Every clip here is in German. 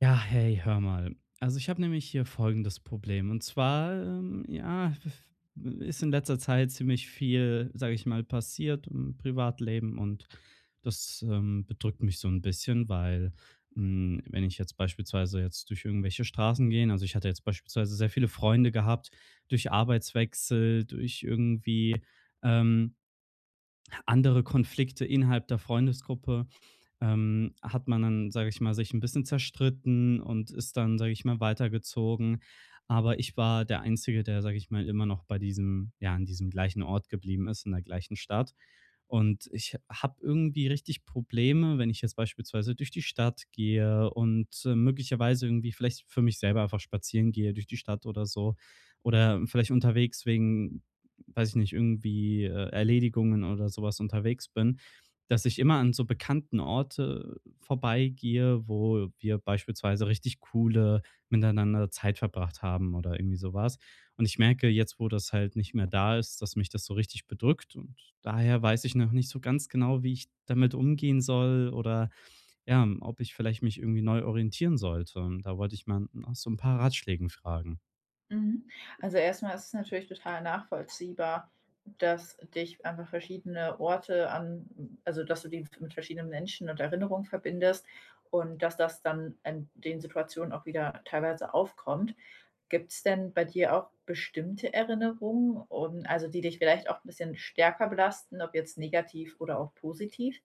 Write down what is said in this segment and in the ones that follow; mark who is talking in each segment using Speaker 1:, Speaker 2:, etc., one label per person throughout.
Speaker 1: Ja, hey, hör mal. Also ich habe nämlich hier folgendes Problem. Und zwar, ist in letzter Zeit ziemlich viel, sage ich mal, passiert im Privatleben und das bedrückt mich so ein bisschen, weil wenn ich jetzt beispielsweise jetzt durch irgendwelche Straßen gehe, also ich hatte jetzt beispielsweise sehr viele Freunde gehabt, durch Arbeitswechsel, durch irgendwie ähm, andere Konflikte innerhalb der Freundesgruppe hat man dann, sage ich mal, sich ein bisschen zerstritten und ist dann, sage ich mal, weitergezogen. Aber ich war der Einzige, der, sage ich mal, immer noch bei an diesem gleichen Ort geblieben ist, in der gleichen Stadt. Und ich habe irgendwie richtig Probleme, wenn ich jetzt beispielsweise durch die Stadt gehe und, möglicherweise irgendwie vielleicht für mich selber einfach spazieren gehe durch die Stadt oder so oder vielleicht unterwegs wegen, weiß ich nicht, irgendwie, Erledigungen oder sowas unterwegs bin, dass ich immer an so bekannten Orte vorbeigehe, wo wir beispielsweise richtig coole miteinander Zeit verbracht haben oder irgendwie sowas. Und ich merke jetzt, wo das halt nicht mehr da ist, dass mich das so richtig bedrückt und daher weiß ich noch nicht so ganz genau, wie ich damit umgehen soll oder, ja, ob ich vielleicht mich irgendwie neu orientieren sollte. Und da wollte ich mal nach so ein paar Ratschlägen fragen.
Speaker 2: Mhm. Also erstmal ist es natürlich total nachvollziehbar, dass dich einfach verschiedene Orte dass du die mit verschiedenen Menschen und Erinnerungen verbindest und dass das dann in den Situationen auch wieder teilweise aufkommt. Gibt es denn bei dir auch bestimmte Erinnerungen, um also die dich vielleicht auch ein bisschen stärker belasten, ob jetzt negativ oder auch positiv?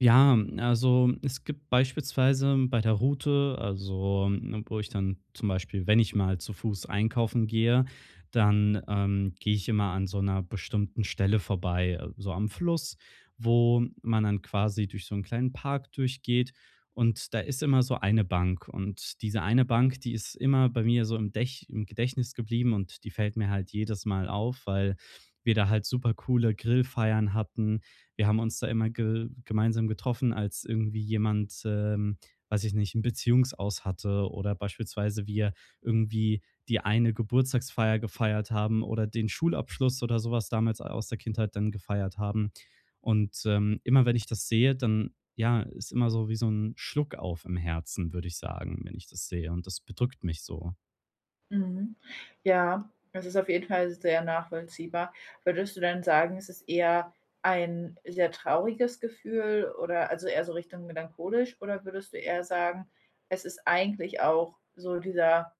Speaker 1: Ja, also es gibt beispielsweise bei der Route, also wo ich dann zum Beispiel, wenn ich mal zu Fuß einkaufen gehe, dann gehe ich immer an so einer bestimmten Stelle vorbei, so am Fluss, wo man dann quasi durch so einen kleinen Park durchgeht. Und da ist immer so eine Bank. Und diese eine Bank, die ist immer bei mir so im, Dech im Gedächtnis geblieben und die fällt mir halt jedes Mal auf, weil wir da halt super coole Grillfeiern hatten. Wir haben uns da immer ge gemeinsam getroffen, als irgendwie jemand, weiß ich nicht, 'n Beziehungsaus hatte oder beispielsweise wir irgendwie die eine Geburtstagsfeier gefeiert haben oder den Schulabschluss oder sowas damals aus der Kindheit dann gefeiert haben. Und, immer wenn ich das sehe, dann, ja, ist immer so wie so ein Schluck auf im Herzen, würde ich sagen, wenn ich das sehe und das bedrückt mich so.
Speaker 2: Mhm. Ja, das ist auf jeden Fall sehr nachvollziehbar. Würdest du dann sagen, es ist eher ein sehr trauriges Gefühl oder also eher so Richtung melancholisch, oder würdest du eher sagen, es ist eigentlich auch so dieser,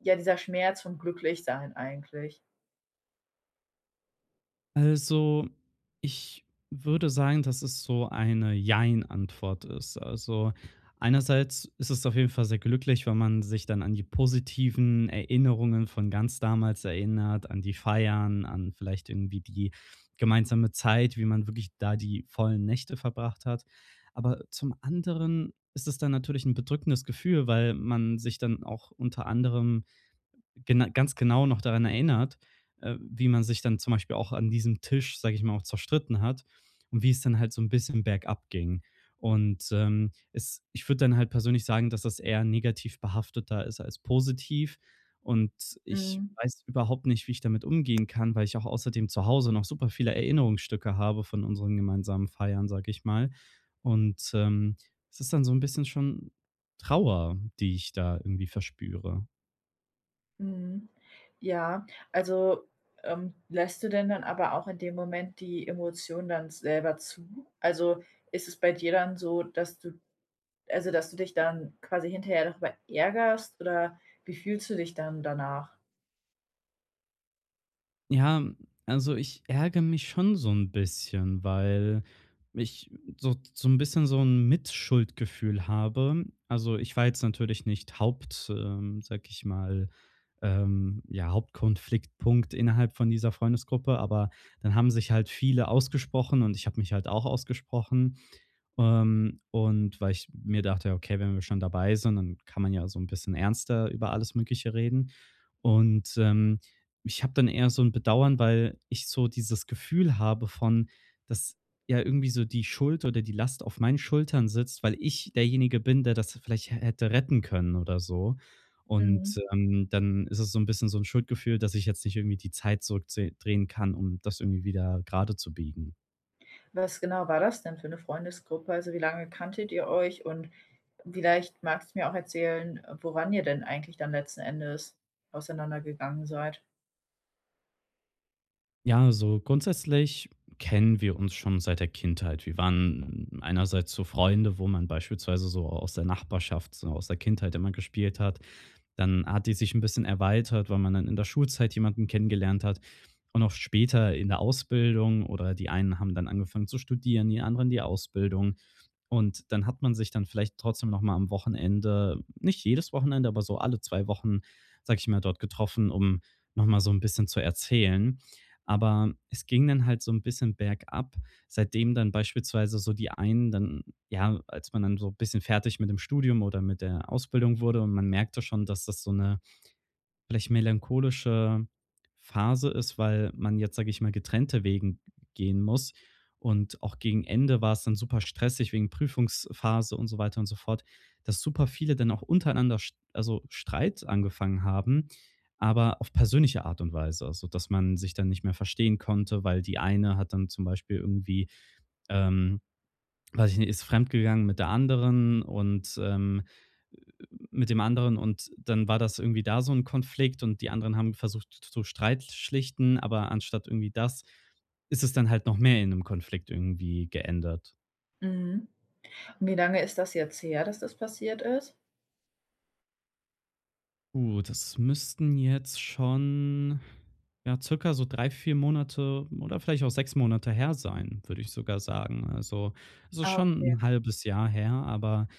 Speaker 2: ja, dieser Schmerz vom Glücklichsein eigentlich?
Speaker 1: Also, ich würde sagen, dass es so eine Jein-Antwort ist. Also, einerseits ist es auf jeden Fall sehr glücklich, wenn man sich dann an die positiven Erinnerungen von ganz damals erinnert, an die Feiern, an vielleicht irgendwie die gemeinsame Zeit, wie man wirklich da die vollen Nächte verbracht hat. Aber zum anderen ist es dann natürlich ein bedrückendes Gefühl, weil man sich dann auch unter anderem gena ganz genau noch daran erinnert, wie man sich dann zum Beispiel auch an diesem Tisch, sage ich mal, auch zerstritten hat und wie es dann halt so ein bisschen bergab ging. Und, es ich würde dann halt persönlich sagen, dass das eher negativ behafteter ist als positiv. Und ich
Speaker 2: Mhm.
Speaker 1: weiß überhaupt nicht, wie ich damit umgehen kann, weil ich auch außerdem zu Hause noch super viele Erinnerungsstücke habe von unseren gemeinsamen Feiern, sage ich mal. Und, es ist dann so ein bisschen schon Trauer, die ich da irgendwie verspüre.
Speaker 2: Mhm. Ja, also, lässt du denn dann aber auch in dem Moment die Emotion dann selber zu? Also, ist es bei dir dann so, dass dass du dich dann quasi hinterher darüber ärgerst, oder wie fühlst du dich dann danach?
Speaker 1: Ja, also ich ärgere mich schon so ein bisschen, weil ich so ein bisschen so ein Mitschuldgefühl habe. Also, ich war jetzt natürlich nicht Haupt sage ich mal, ja, Hauptkonfliktpunkt innerhalb von dieser Freundesgruppe, aber dann haben sich halt viele ausgesprochen und ich habe mich halt auch ausgesprochen. Und weil ich mir dachte, okay, wenn wir schon dabei sind, dann kann man ja so ein bisschen ernster über alles Mögliche reden. Und, ich habe dann eher so ein Bedauern, weil ich so dieses Gefühl habe von, dass ja irgendwie so die Schuld oder die Last auf meinen Schultern sitzt, weil ich derjenige bin, der das vielleicht hätte retten können oder so. Und,
Speaker 2: Mhm.
Speaker 1: dann ist es so ein bisschen so ein Schuldgefühl, dass ich jetzt nicht irgendwie die Zeit zurückdrehen kann, um das irgendwie wieder gerade zu biegen.
Speaker 2: Was genau war das denn für eine Freundesgruppe? Also, wie lange kanntet ihr euch? Und vielleicht magst du mir auch erzählen, woran ihr denn eigentlich dann letzten Endes auseinandergegangen seid?
Speaker 1: Ja, so grundsätzlich kennen wir uns schon seit der Kindheit. Wir waren einerseits so Freunde, wo man beispielsweise so aus der Nachbarschaft, so aus der Kindheit immer gespielt hat. Dann hat die sich ein bisschen erweitert, weil man dann in der Schulzeit jemanden kennengelernt hat und auch später in der Ausbildung oder die einen haben dann angefangen zu studieren, die anderen die Ausbildung. Und dann hat man sich dann vielleicht trotzdem noch mal am Wochenende, nicht jedes Wochenende, aber so alle 2 Wochen, sage ich mal, dort getroffen, um noch mal so ein bisschen zu erzählen. Aber es ging dann halt so ein bisschen bergab, seitdem dann beispielsweise so die einen dann, ja, als man dann so ein bisschen fertig mit dem Studium oder mit der Ausbildung wurde und man merkte schon, dass das so eine vielleicht melancholische Phase ist, weil man jetzt, sage ich mal, getrennte Wegen gehen muss. Und auch gegen Ende war es dann super stressig wegen Prüfungsphase und so weiter und so fort, dass super viele dann auch untereinander, Streit angefangen haben, aber auf persönliche Art und Weise, also dass man sich dann nicht mehr verstehen konnte, weil die eine hat dann zum Beispiel irgendwie ähm, weiß ich nicht, ist fremdgegangen mit der anderen und, mit dem anderen und dann war das irgendwie da so ein Konflikt und die anderen haben versucht zu Streit schlichten, aber anstatt irgendwie das, ist es dann halt noch mehr in einem Konflikt irgendwie geändert.
Speaker 2: Mhm. Und wie lange ist das jetzt her, dass das passiert ist?
Speaker 1: Gut, das müssten jetzt schon, ja, circa so 3 bis 4 Monate oder vielleicht auch 6 Monate her sein, würde ich sogar sagen. Also, es ist
Speaker 2: Ah,
Speaker 1: schon
Speaker 2: okay.
Speaker 1: ein halbes Jahr her, aber,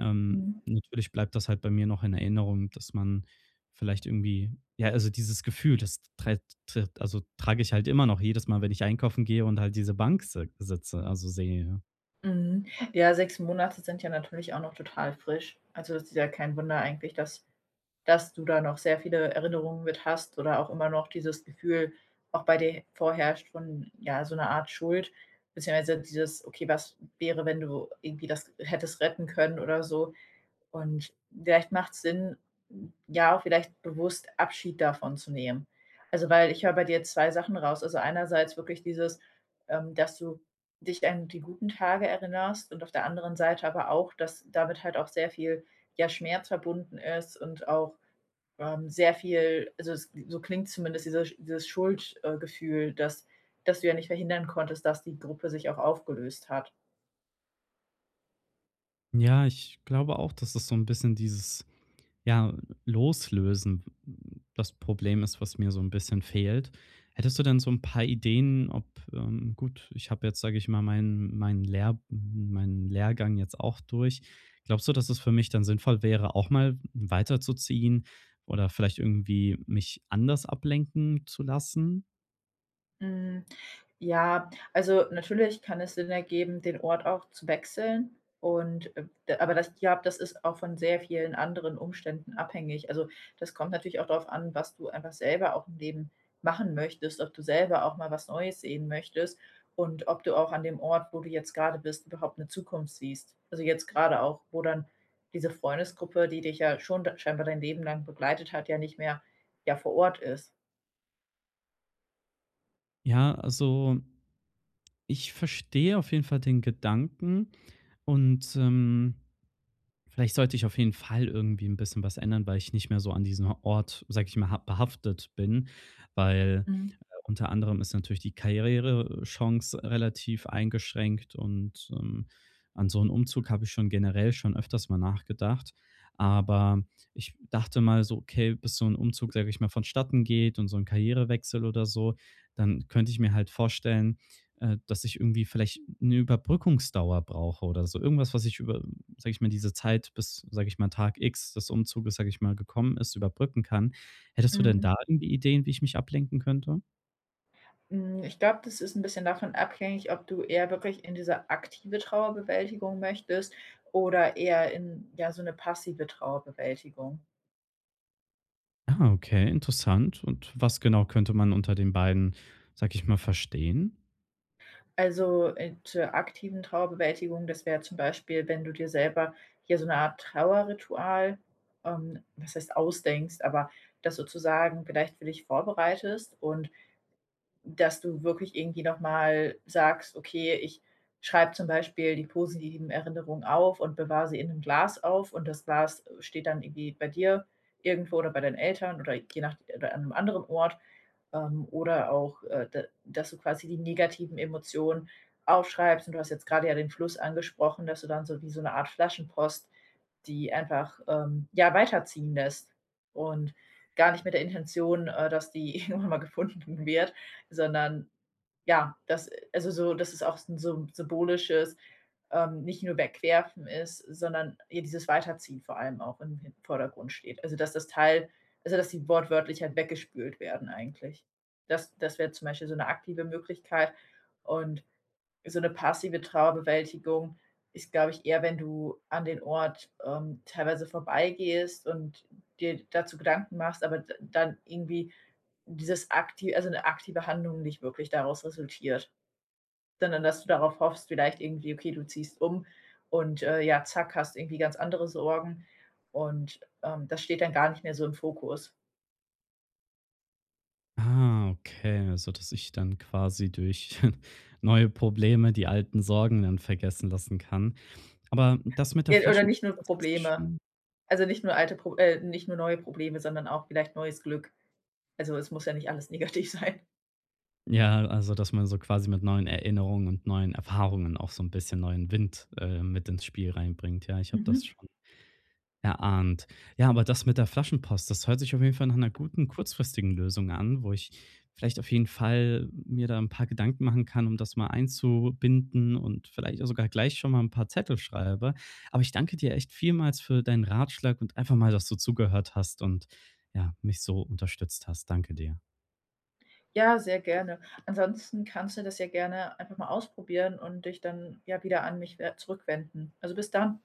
Speaker 2: Mhm.
Speaker 1: natürlich bleibt das halt bei mir noch in Erinnerung, dass man vielleicht irgendwie, ja, also dieses Gefühl, das trage ich halt immer noch jedes Mal, wenn ich einkaufen gehe und halt diese Bank sehe.
Speaker 2: Mhm. Ja, 6 Monate sind ja natürlich auch noch total frisch. Also, das ist ja kein Wunder eigentlich, dass du da noch sehr viele Erinnerungen mit hast, oder auch immer noch dieses Gefühl auch bei dir vorherrscht von, ja, so 'ner Art Schuld, beziehungsweise dieses: „Okay, was wäre, wenn du irgendwie das hättest retten können oder so?“ Und vielleicht macht's Sinn, ja, auch vielleicht bewusst Abschied davon zu nehmen. Also, weil ich höre bei dir 2 Sachen raus. Also, einerseits wirklich dieses, dass du dich an die guten Tage erinnerst, und auf der anderen Seite aber auch, dass damit halt auch sehr viel, ja, Schmerz verbunden ist, und auch sehr viel, also es, so klingt zumindest dieses Schuldgefühl, dass du ja nicht verhindern konntest, dass die Gruppe sich auch aufgelöst hat.
Speaker 1: Ja, ich glaube auch, dass es so ein bisschen dieses, ja, loslösen das Problem ist, was mir so ein bisschen fehlt. Hättest du denn so ein paar Ideen, ob gut, ich habe jetzt, sage ich mal, meinen Lehrgang jetzt auch durch. Glaubst du, dass es für mich dann sinnvoll wäre, auch mal weiterzuziehen oder vielleicht irgendwie mich anders ablenken zu lassen?
Speaker 2: Hm, ja, also, natürlich kann es Sinn ergeben, den Ort auch zu wechseln, und, d aber das, ja, das ist auch von sehr vielen anderen Umständen abhängig. Also, das kommt natürlich auch darauf an, was du einfach selber auch im Leben machen möchtest, ob du selber auch mal was Neues sehen möchtest und ob du auch an dem Ort, wo du jetzt gerade bist, überhaupt eine Zukunft siehst. Also, jetzt gerade auch, wo dann diese Freundesgruppe, die dich ja schon scheinbar dein Leben lang begleitet hat, ja nicht mehr, ja, vor Ort ist.
Speaker 1: Ja, also, ich verstehe auf jeden Fall den Gedanken und, vielleicht sollte ich auf jeden Fall irgendwie ein bisschen was ändern, weil ich nicht mehr so an diesem Ort, sage ich mal, ha behaftet bin, weil,
Speaker 2: Mhm,
Speaker 1: unter anderem ist natürlich die Karrierechance relativ eingeschränkt und, an so 'n Umzug habe ich schon generell schon öfters mal nachgedacht. Aber ich dachte mal so: „Okay, bis so ein Umzug, sage ich mal, vonstatten geht und so ein Karrierewechsel oder so, dann könnte ich mir halt vorstellen, dass ich irgendwie vielleicht eine Überbrückungsdauer brauche oder so.“ Irgendwas, was ich über, sage ich mal, diese Zeit bis, sage ich mal, Tag X des Umzuges, sage ich mal, gekommen ist, überbrücken kann. Hättest du denn
Speaker 2: mhm.
Speaker 1: da irgendwie Ideen, wie ich mich ablenken könnte?
Speaker 2: Hm, ich glaube, das ist ein bisschen davon abhängig, ob du eher wirklich in diese aktive Trauerbewältigung möchtest oder eher in, ja, so eine passive Trauerbewältigung.
Speaker 1: Ah, okay, interessant. Und was genau könnte man unter den beiden, sag ich mal, verstehen?
Speaker 2: Also, zur aktiven Trauerbewältigung, das wäre zum Beispiel, wenn du dir selber hier so eine Art Trauerritual, was heißt, ausdenkst, aber das sozusagen vielleicht für dich vorbereitest. Und dass du wirklich irgendwie noch mal sagst: „Okay, ich schreibe zum Beispiel die positiven Erinnerungen auf und bewahre sie in einem Glas auf, und das Glas steht dann irgendwie bei dir irgendwo oder bei deinen Eltern oder je nach oder an einem anderen Ort.“ Oder auch, da dass du quasi die negativen Emotionen aufschreibst. Und du hast jetzt gerade ja den Fluss angesprochen, dass du dann so wie so eine Art Flaschenpost die einfach, ja, weiterziehen lässt, und gar nicht mit der Intention, dass die irgendwann mal gefunden wird, sondern, ja, das dass es auch s 'n so ein symbolisches, nicht nur Wegwerfen ist, sondern eher dieses Weiterziehen vor allem auch im Hin Vordergrund steht. Also, dass das Teil also, dass die wortwörtlich halt weggespült werden eigentlich. Das wäre zum Beispiel so eine aktive Möglichkeit, und so eine passive Trauerbewältigung ist, glaube ich, eher, wenn du an den Ort, teilweise vorbeigehst und dir dazu Gedanken machst, aber d dann irgendwie dieses akti also eine aktive Handlung nicht wirklich daraus resultiert, sondern dass du darauf hoffst, vielleicht irgendwie, okay, du ziehst um, und, ja, zack, hast irgendwie ganz andere Sorgen, und, das steht dann gar nicht mehr so im Fokus.
Speaker 1: Ah, okay, also dass ich dann quasi durch neue Probleme die alten Sorgen dann vergessen lassen kann. Aber das mit der
Speaker 2: Oder nicht
Speaker 1: Flaschenpost,
Speaker 2: nur
Speaker 1: das hat sich
Speaker 2: Probleme.
Speaker 1: schon.
Speaker 2: Also, nicht nur neue Probleme, sondern auch vielleicht neues Glück. Also, es muss ja nicht alles negativ sein.
Speaker 1: Ja, also, dass man so quasi mit neuen Erinnerungen und neuen Erfahrungen auch so ein bisschen neuen Wind, mit ins Spiel reinbringt. Ja, ich habe das
Speaker 2: Mhm.
Speaker 1: schon erahnt. Ja, aber das mit der Flaschenpost, das hört sich auf jeden Fall nach einer guten kurzfristigen Lösung an, wo ich vielleicht auf jeden Fall mir da ein paar Gedanken machen kann, um das mal einzubinden und vielleicht auch sogar gleich schon mal ein paar Zettel schreibe. Aber ich danke dir echt vielmals für deinen Ratschlag und einfach mal, dass du zugehört hast und, ja, mich so unterstützt hast. Danke dir.
Speaker 2: Ja, sehr gerne. Ansonsten kannst du das ja gerne einfach mal ausprobieren und dich dann ja wieder an mich we zurückwenden. Also, bis dann.